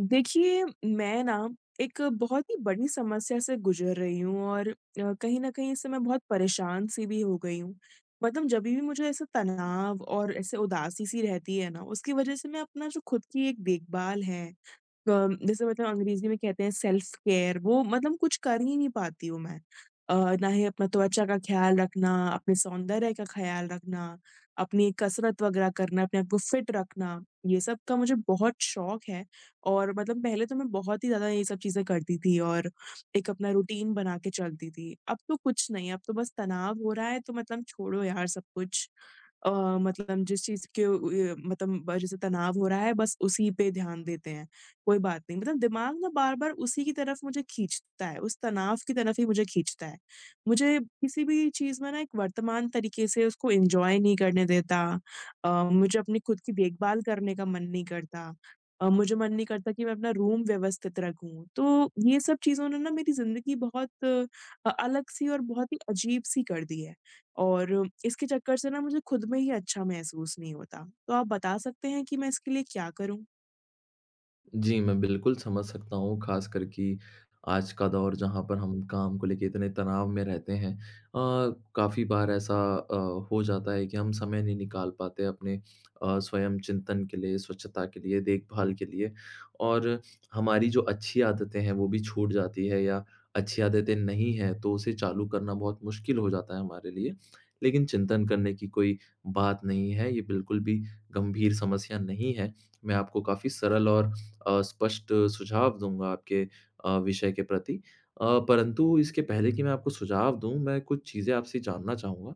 देखिए, मैं ना एक बहुत ही बड़ी समस्या से गुज़र रही हूँ और कहीं न कहीं इससे मैं बहुत परेशान-सी भी हो गई हूँ। मतलब जभी भी मुझे ऐसा तनाव और ऐसे उदासी-सी रहती है ना, उसकी वज़ह से मैं अपना जो खुद की एक देखभाल है अ, जैसे मतलब अंग्रेजी में कहते हैं सेल्फ केयर वो मतलब कुछ कर ही नहीं पाती हूँ मैं। अ, ना ही अपना त्वचा का ख़्याल रखना, अपने सौंदर्य का ख़्याल रखना, अपनी कसरत वग़ैरह करना, अपने आप को फ़िट रखना, ये सब का मुझे बहुत शौक है और मतलब पहले तो मैं बहुत ही ज़्यादा ये सब चीज़ें करती थी और एक अपना रूटीन बना के चलती थी। अब तो कुछ नहीं, अब तो बस तनाव हो रहा है तो मतलब छोड़ो यार सब कुछ। अ, मतलब जिस चीज़ के उ अ, मतलब ब जैसे तनाव हो रहा है बस उसी पे ध्यान देते हैं, कोई बात नहीं। मतलब दिमाग ना बार-बार उसी की तरफ मुझे खींचता है, उस तनाव की तरफ ही मुझे खींचता है। मुझे किसी भी चीज़ में ना एक वर्तमान तरीके से उसको एन्जॉय नहीं करने देता। मुझे अपनी खुद की देखभाल करने का मन नहीं करता। मुझे मन नहीं करता कि मैं अपना रूम व्यवस्थित रखूँ। तो ये सब चीज़ों ने ना मेरी ज़िंदगी बहुत अलग-सी और बहुत ही अजीब-सी कर दी है। और इसके चक्कर से ना मुझे खुद में ही अच्छा महसूस नहीं होता। तो आप बता सकते हैं कि मैं इसके लिए क्या करूँ? जी, मैं बिल्कुल समझ सकता हूँ, ख़ासकर कि आज का दौर जहाँ पर हम काम को लेके इतने तनाव में रहते हैं। काफ़ी बार ऐसा हो जाता है कि हम समय नहीं निकाल पाते अपने स्वयं चिंतन के लिए, स्वच्छता के लिए, देखभाल के लिए और हमारी जो अच्छी आदतें हैं, वो भी छूट जाती है, या अच्छी आदतें नहीं हैं, तो उसे चालू करना बहुत मुश्किल हो जाता है हमारे लिए। लेकिन चिंतन करने की कोई बात नहीं है, ये बिल्कुल भी गंभीर समस्या नहीं है। मैं आपको काफ़ी सरल और स्पष्ट सुझाव दूँगा आपके विषय के प्रति। परंतु इसके पहले कि मैं आपको सुझाव दूँ, मैं कुछ चीज़ें आपसे जानना चाहूँगा।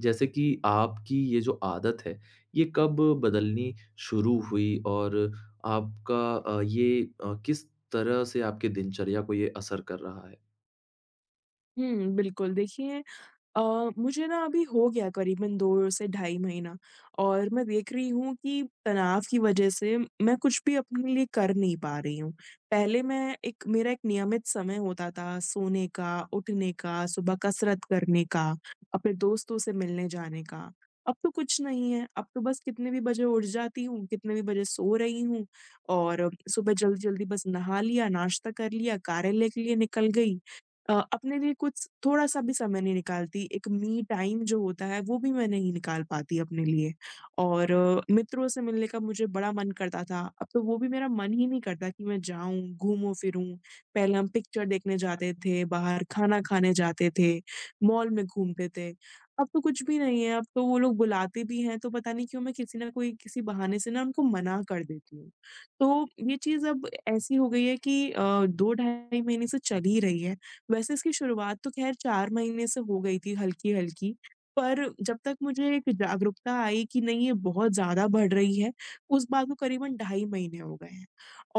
जैसे कि आपकी ये जो आदत है, ये कब बदलनी शुरू हुई, और आपका ये किस तरह से आपके दिनचर्या को ये असर कर रहा है? हुँ, बिल्कुल। देखिए अ, मुझे ना अभी हो गया करीबन 2 से ढाई महीना और मैं देख रही हूँ कि तनाव की वजह से मैं कुछ भी अपने लिए कर नहीं पा रही हूँ। पहले मैं एक मेरा एक नियमित समय होता था सोने का, उठने का, सुबह कसरत करने का, अपने दोस्तों से मिलने जाने का। अब तो कुछ नहीं है, अब तो बस कितने भी बजे उठ जाती हूँ, कितने भी बजे सो रही हूँ और सुबह जल्दी-जल्दी बस नहा लिया, नाश्ता कर लिया, कार्यालय के लिए निकल गई। अपने लिए कुछ थोड़ा-सा भी समय नहीं निकालती, एक मी टाइम जो होता है वो भी मैं नहीं निकाल पाती अपने लिए और मित्रों से मिलने का मुझे बड़ा मन करता था, अब तो वो भी मेरा मन ही नहीं करता कि मैं जाऊँ, घूमूँ-फिरूँ। पहले हम पिक्चर देखने जाते थे, बाहर खाना खाने जाते थे, मॉल में घूमते थे, अब तो कुछ भी नहीं है, अब तो वो लोग बुलाते भी हैं तो पता नहीं क्यों मैं किसी ना कोई किसी बहाने से ना उनको मना कर देती हूँ। तो ये चीज़ अब ऐसी हो गई है कि 2 ढाई महीने से चल ही रही है। वैसे इसकी शुरुआत तो ख़ैर 4 महीने से हो गई थी हल्की-हल्की, पर जब तक मुझे एक जागरूकता आई कि नहीं ये बहुत ज़्यादा बढ़ रही है, उस बात को करीबन ढाई महीने हो गए हैं।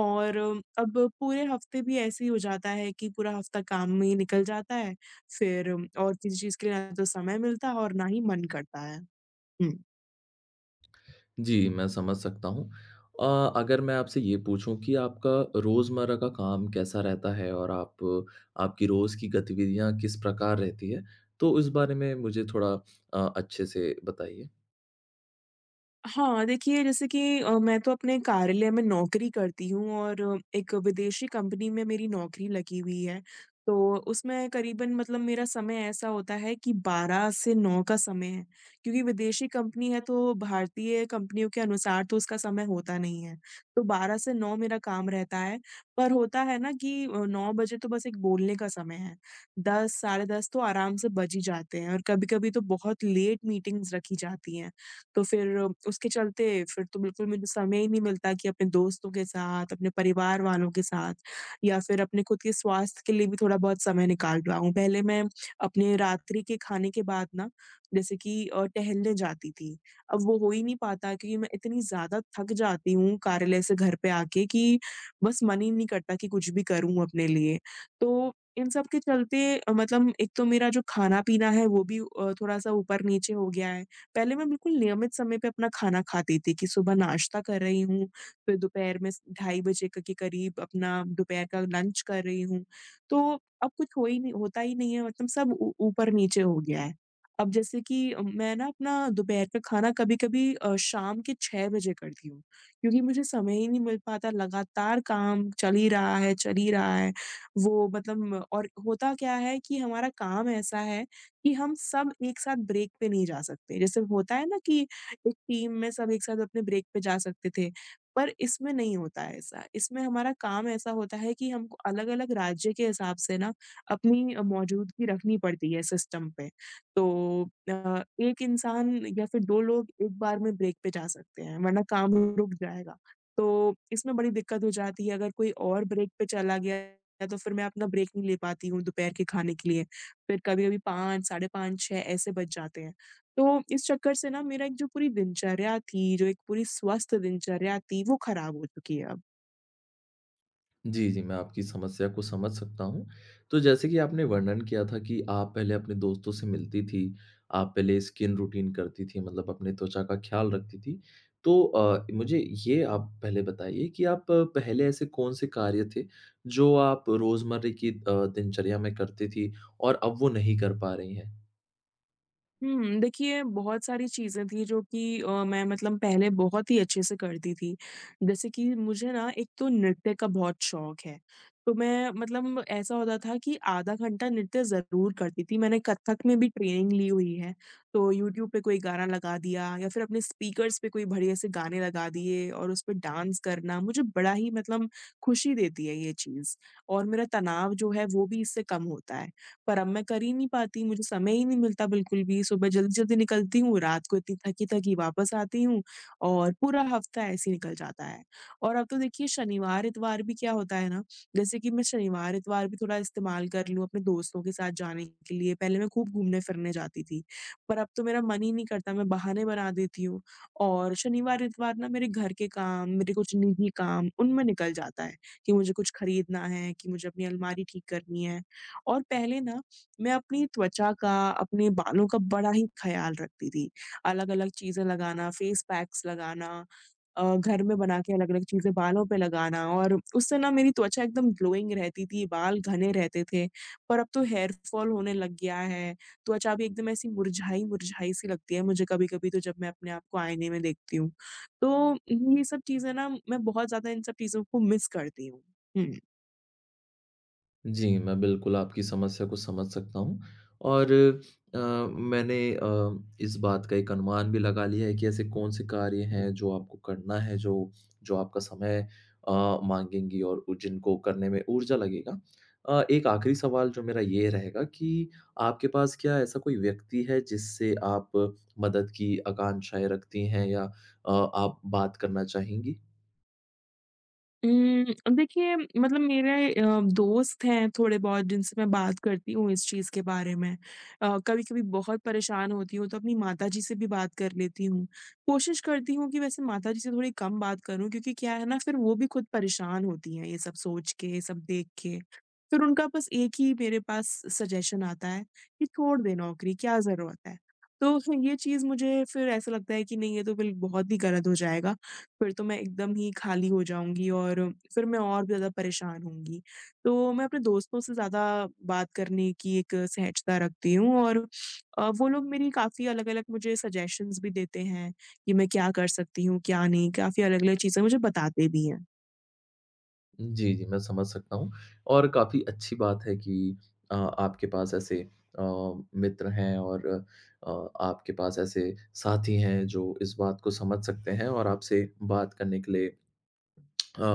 और अब पूरे हफ़्ते भी ऐसे ही हो जाता है कि पूरा हफ़्ता काम में ही निकल जाता है, फिर और किसी चीज़ के लिए ना तो समय मिलता है और ना ही मन करता है। हुँ। जी, मैं समझ सकता हूँ। अगर मैं आपसे ये पूछूँ कि आपका रोज़मर्रा का काम कैसा रहता है, और आप आपकी रोज़ की गतिविधियाँ किस प्रकार रहती है? तो इस बारे में मुझे थोड़ा अच्छे से बताइए। हाँ, देखिए जैसे कि मैं तो अपने कार्यालय में नौकरी करती हूँ और एक विदेशी कंपनी में मेरी नौकरी लगी हुई है। तो उसमें करीबन मतलब मेरा समय ऐसा होता है कि 12 से 9 का समय है, क्योंकि विदेशी कंपनी है तो भारतीय कंपनियों के अनुसार तो उसका समय होता नहीं है। तो 12 से 9 मेरा काम रहता है, पर होता है ना कि 9 बजे तो बस एक बोलने का समय है, 10 साढ़े 10 तो आराम से बज ही जाते हैं और कभी-कभी तो बहुत लेट मीटिंग्स रखी जाती हैं। तो फिर उसके चलते फिर तो बिल्कुल मुझे समय ही नहीं मिलता कि अपने दोस्तों के साथ, अपने परिवार वालों के साथ या फिर अपने खुद के स्वास्थ्य के लिए भी थोड़ा-बहुत समय निकाल पाऊँ। पहले मैं अपने रात्रि के खाने के बाद ना जैसे कि टहलने जाती थी। अब वो हो ही नहीं पाता क्योंकि मैं इतनी ज़्यादा थक जाती हूँ कार्यालय से घर पे आके कि बस मन ही नहीं करता कि कुछ भी करूँ अपने लिए। तो इन सब के चलते मतलब एक तो मेरा जो खाना-पीना है वो भी थोड़ा-सा ऊपर-नीचे हो गया है। पहले मैं बिल्कुल नियमित समय पे अपना खाना खाती थी कि सुबह नाश्ता कर रही हूँ, फिर दोपहर में स ढाई बजे क के करीब अपना दोपहर का लंच कर रही हूँ। तो अब कुछ हो ही नहीं होता ही नहीं है मतलब सब ऊ ऊपर-नीचे हो गया है। अब जैसे कि मैं ना अपना दोपहर का खाना कभी-कभी शाम के 6 बजे करती हूँ, क्योंकि मुझे समय ही नहीं मिल पाता लगातार काम चल ही रहा है, चल ही रहा है। वो मतलब और होता क्या है कि हमारा काम ऐसा है कि हम सब एक साथ ब्रेक पे नहीं जा सकते। जैसे होता है ना कि एक टीम में सब एक साथ अपने ब्रेक पे जा सकते थे, पर इसमें नहीं होता है ऐसा। इसमें हमारा काम ऐसा होता है कि हमको अलग-अलग राज्य के हिसाब से ना अपनी मौजूदगी रखनी पड़ती है सिस्टम पे। तो एक इंसान या फिर 2 लोग एक बार में ब्रेक पे जा सकते हैं, वरना काम रुक जाएगा। तो इसमें बड़ी दिक्कत हो जाती है, अगर कोई और ब्रेक पे चला गया तो फिर मैं अपना ब्रेक नहीं ले पाती हूँ दोपहर के खाने के लिए। फिर कभी-कभी 5, साढ़े 5, 6 ऐसे बज जाते हैं। तो इस चक्कर से ना मेरा एक जो पूरी दिनचर्या थी, जो एक पूरी स्वस्थ दिनचर्या थी, वो खराब हो चुकी है अब। जी, जी, मैं आपकी समस्या को समझ सकता हूँ। तो जैसे कि आपने वर्णन किया था कि आप पहले अपने दोस्तों से मिलती थी, आप पहले स्किन रूटीन करती थी, मतलब अपने त्वचा का ख़्याल रखती थी। तो मुझे ये आप पहले बताइए कि आप पहले ऐसे कौन-से कार्य थे, जो आप रोज़मर्रा की दिनचर्या में करती थी, और अब वो नहीं कर पा रही हैं? हुँ, देखिए बहुत सारी चीज़ें थी जो कि मैं मतलब पहले बहुत ही अच्छे से करती थी। जैसे कि मुझे ना एक तो नृत्य का बहुत शौक है, तो मैं मतलब ऐसा होता था कि आधा घंटा नृत्य ज़रूर करती थी। मैंने कथक में भी ट्रेनिंग ली हुई है, तो यूट्यूब पे कोई गाना लगा दिया या फिर अपने स्पीकर्स पे कोई बढ़िया से गाने लगा दिए और उस पे डांस करना मुझे बड़ा ही मतलब खुशी देती है ये चीज़ और मेरा तनाव जो है वो भी इससे कम होता है। पर अब मैं कर ही नहीं पाती, मुझे समय ही नहीं मिलता बिल्कुल भी, सुबह जल्दी-जल्दी निकलती हूँ, रात को इतनी थकी-थकी वापस आती हूँ और पूरा हफ्ता ऐसे ही निकल जाता है। और अब तो देखिए शनिवार, इतवार भी क्या होता है ना, जैसे कि मैं शनिवार, इतवार भी थोड़ा इस्तेमाल कर लूँ अपने दोस्तों के साथ जाने के लिए, पहले मैं खूब घूमने-फिरने जाती थी, पर अब तो मेरा मन ही नहीं करता, मैं बहाने बना देती हूँ और शनिवार, इतवार ना मेरे घर के काम, मेरे कुछ निजी काम, उनमें निकल जाता है कि मुझे कुछ खरीदना है, कि मुझे अपनी अलमारी ठीक करनी है। और पहले ना मैं अपनी त्वचा का, अपने बालों का बड़ा ही ख़्याल रखती थी। अलग-अलग चीज़ें लगाना, फेस पैक्स लगाना घर में बना के अलग-अलग चीज़ें बालों पे लगाना और उससे ना मेरी त्वचा एकदम ग्लोइंग रहती थी, बाल घने रहते थे। पर अब तो हेयर फॉल होने लग गया है, त्वचा भी एकदम ऐसी मुरझाई-मुरझाई सी लगती है मुझे कभी-कभी तो जब मैं अपने आप को आईने में देखती हूँ। तो ये सब चीज़ें ना मैं बहुत ज़्यादा इन सब चीज़ों को मिस करती हूँ। हुँ। जी, मैं बिल्कुल आपकी समस्या को समझ सकता हूँ, और मैंने इस बात का एक अनुमान भी लगा लिया है कि ऐसे कौन से कार्य हैं जो आपको करना है, जो जो आपका समय अ, माँगेंगी, और उ जिनको करने में ऊर्जा लगेगा। एक आखिरी सवाल जो मेरा ये रहेगा कि आपके पास क्या ऐसा कोई व्यक्ति है जिससे आप मदद की आकांक्षाएँ रखती हैं, या आप बात करना चाहेंगी? देखिए मतलब मेरे दोस्त हैं थोड़े बहुत जिनसे मैं बात करती हूँ इस चीज़ के बारे में। कभी-कभी बहुत परेशान होती हूँ तो अपनी माताजी से भी बात कर लेती हूँ। कोशिश करती हूँ कि वैसे माताजी से थोड़ी कम बात करूँ क्योंकि क्या है ना फिर वो भी खुद परेशान होती हैं ये सब सोच के, ये सब देख के। फिर उनका बस एक ही मेरे पास सजेशन आता है कि छोड़ दे नौकरी, क्या ज़रूरत है? तो ये चीज़ मुझे फिर ऐसा लगता है कि नहीं ये तो बिल बहुत ही गलत हो जाएगा। फिर तो मैं एकदम ही खाली हो जाऊँगी और फिर मैं और भी ज़्यादा परेशान होंगी। तो मैं अपने दोस्तों से ज़्यादा बात करने की एक सहजता रखती हूँ और वो लोग मेरी काफ़ी अलग-अलग मुझे सजेशंस भी देते हैं कि मैं क्या कर सकती हूँ, क्या नहीं, काफ़ी अलग-अलग चीज़ें मुझे बताते भी हैं। जी, जी, मैं समझ सकता हूँ, और काफ़ी अच्छी बात है कि आपके पास ऐसे अ, मित्र हैं, और आपके पास ऐसे साथी हैं जो इस बात को समझ सकते हैं और आपसे बात करने के लिए अ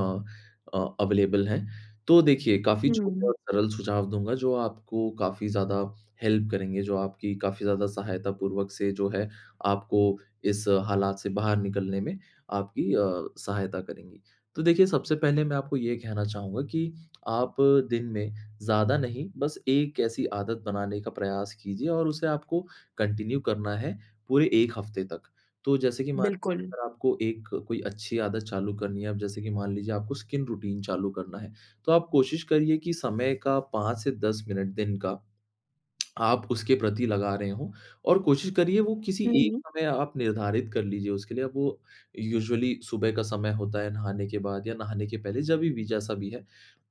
अवेलेबल हैं। तो देखिए, काफ़ी हुँ। छोटे हुँ, और सरल सुझाव दूँगा, जो आपको काफ़ी ज़्यादा हेल्प करेंगे, जो आपकी काफ़ी ज़्यादा सहायता पूर्वक से जो है आपको इस हालात से बाहर निकलने में आपकी सहायता करेंगी। तो देखिए, सबसे पहले मैं आपको ये कहना चाहूँगा कि आप दिन में ज़्यादा नहीं, बस एक ऐसी आदत बनाने का प्रयास कीजिए, और उसे आपको कंटिन्यू करना है पूरे 1 हफ़्ते तक। तो जैसे कि मान बिल्कुल। अगर आपको एक कोई अच्छी आदत चालू करनी है, अब जैसे कि मान लीजिए आपको स्किन रूटीन चालू करना है, तो आप कोशिश करिए कि समय का 5 से 10 मिनट दिन का आप उसके प्रति लगा रहे हों, और कोशिश करिए वो किसी हुँ, एक हुँ। समय आप निर्धारित कर लीजिए उसके लिए। अब वो यूजुअली सुबह का समय होता है, नहाने के बाद या नहाने के पहले, जभी भी जैसा भी है,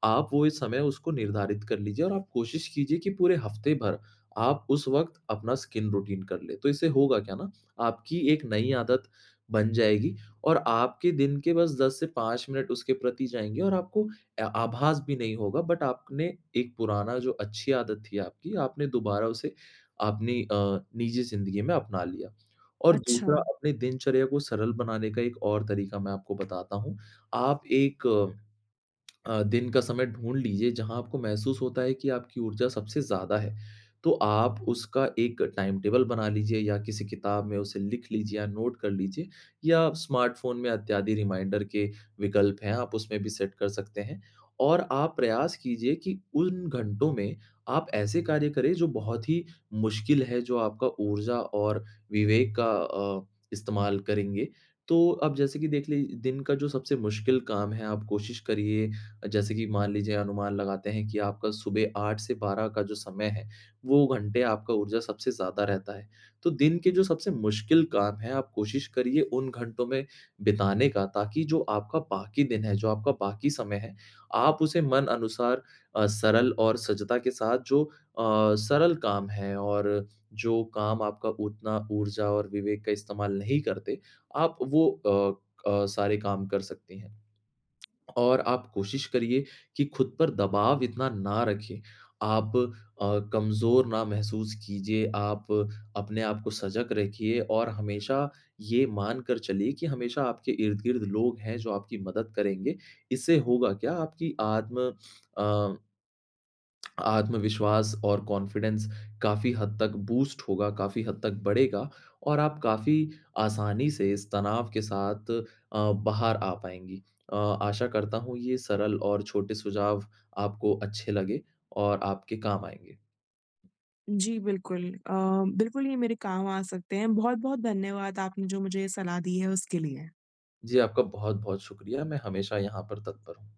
आप वो इस समय उसको निर्धारित कर लीजिए, और आप कोशिश कीजिए कि पूरे हफ्ते भर आप उस वक़्त अपना स्किन रूटीन कर लें। तो इससे होगा क्या ना, आपकी एक नई आदत बन जाएगी, और आपके दिन के बस 10 से 5 मिनट उसके प्रति जाएँगे, और आपको आभास भी नहीं होगा, बट आपने एक पुराना जो अच्छी आदत थी आपकी, आपने दोबारा उसे अपनी निजी ज़िंदगी में अपना लिया। और दूसरा, अच्छा। अपने दिनचर्या को सरल बनाने का एक और तरीका मैं आपको बताता हूँ। आप एक दिन का समय ढूँढ लीजिए, जहाँ आपको महसूस होता है कि आपकी ऊर्जा सबसे ज़्यादा है। तो आप उसका एक टाइम टेबल बना लीजिए, या किसी किताब में उसे लिख लीजिए या नोट कर लीजिए, या स्मार्टफ़ोन में इत्यादि रिमाइंडर के विकल्प हैं, आप उसमें भी सेट कर सकते हैं। और आप प्रयास कीजिए कि उन घंटों में आप ऐसे कार्य करें जो बहुत ही मुश्किल है, जो आपका ऊर्जा और विवेक का इस्तेमाल करेंगे। तो अब, जैसे कि देख ली दिन का जो सबसे मुश्किल काम है, आप कोशिश करिए, जैसे कि मान लीजिए अनुमान लगाते हैं कि आपका सुबह 8 से 12 का जो समय है, वो घंटे आपका ऊर्जा सबसे ज़्यादा रहता है। तो दिन के जो सबसे मुश्किल काम है, आप कोशिश करिए उन घंटों में बिताने का, ताकि जो आपका बाकी दिन है, जो आपका बाकी समय है, आप उसे मन अनुसार सरल और सजता के साथ, जो सरल काम है और जो काम आपका उतना ऊर्जा और विवेक का इस्तेमाल नहीं करते, आप वो क सारे काम कर सकती हैं। और आप कोशिश करिए कि खुद पर दबाव इतना ना रखें। आप कमज़ोर ना महसूस कीजिए, आप अपने आप को सजग रखिए, और हमेशा ये मानकर चलिए कि हमेशा आपके इर्द-गिर्द लोग हैं जो आपकी मदद करेंगे। इससे होगा क्या, आपकी अ आत्मविश्वास और कॉन्फिडेंस काफ़ी हद तक बूस्ट होगा, काफ़ी हद तक बढ़ेगा, और आप काफ़ी आसानी से इस तनाव के साथ बाहर आ पाएँगी। अ, आशा करता हूँ ये सरल और छोटे सुझाव आपको अच्छे लगे, और आपके काम आएँगे। जी, बिल्कुल। बिल्कुल ये मेरे काम आ सकते हैं। बहुत-बहुत धन्यवाद आपने जो मुझे ये सलाह दी है उसके लिए। जी, आपका बहुत-बहुत शुक्रिया, मैं हमेशा यहाँ पर तत्पर हूँ।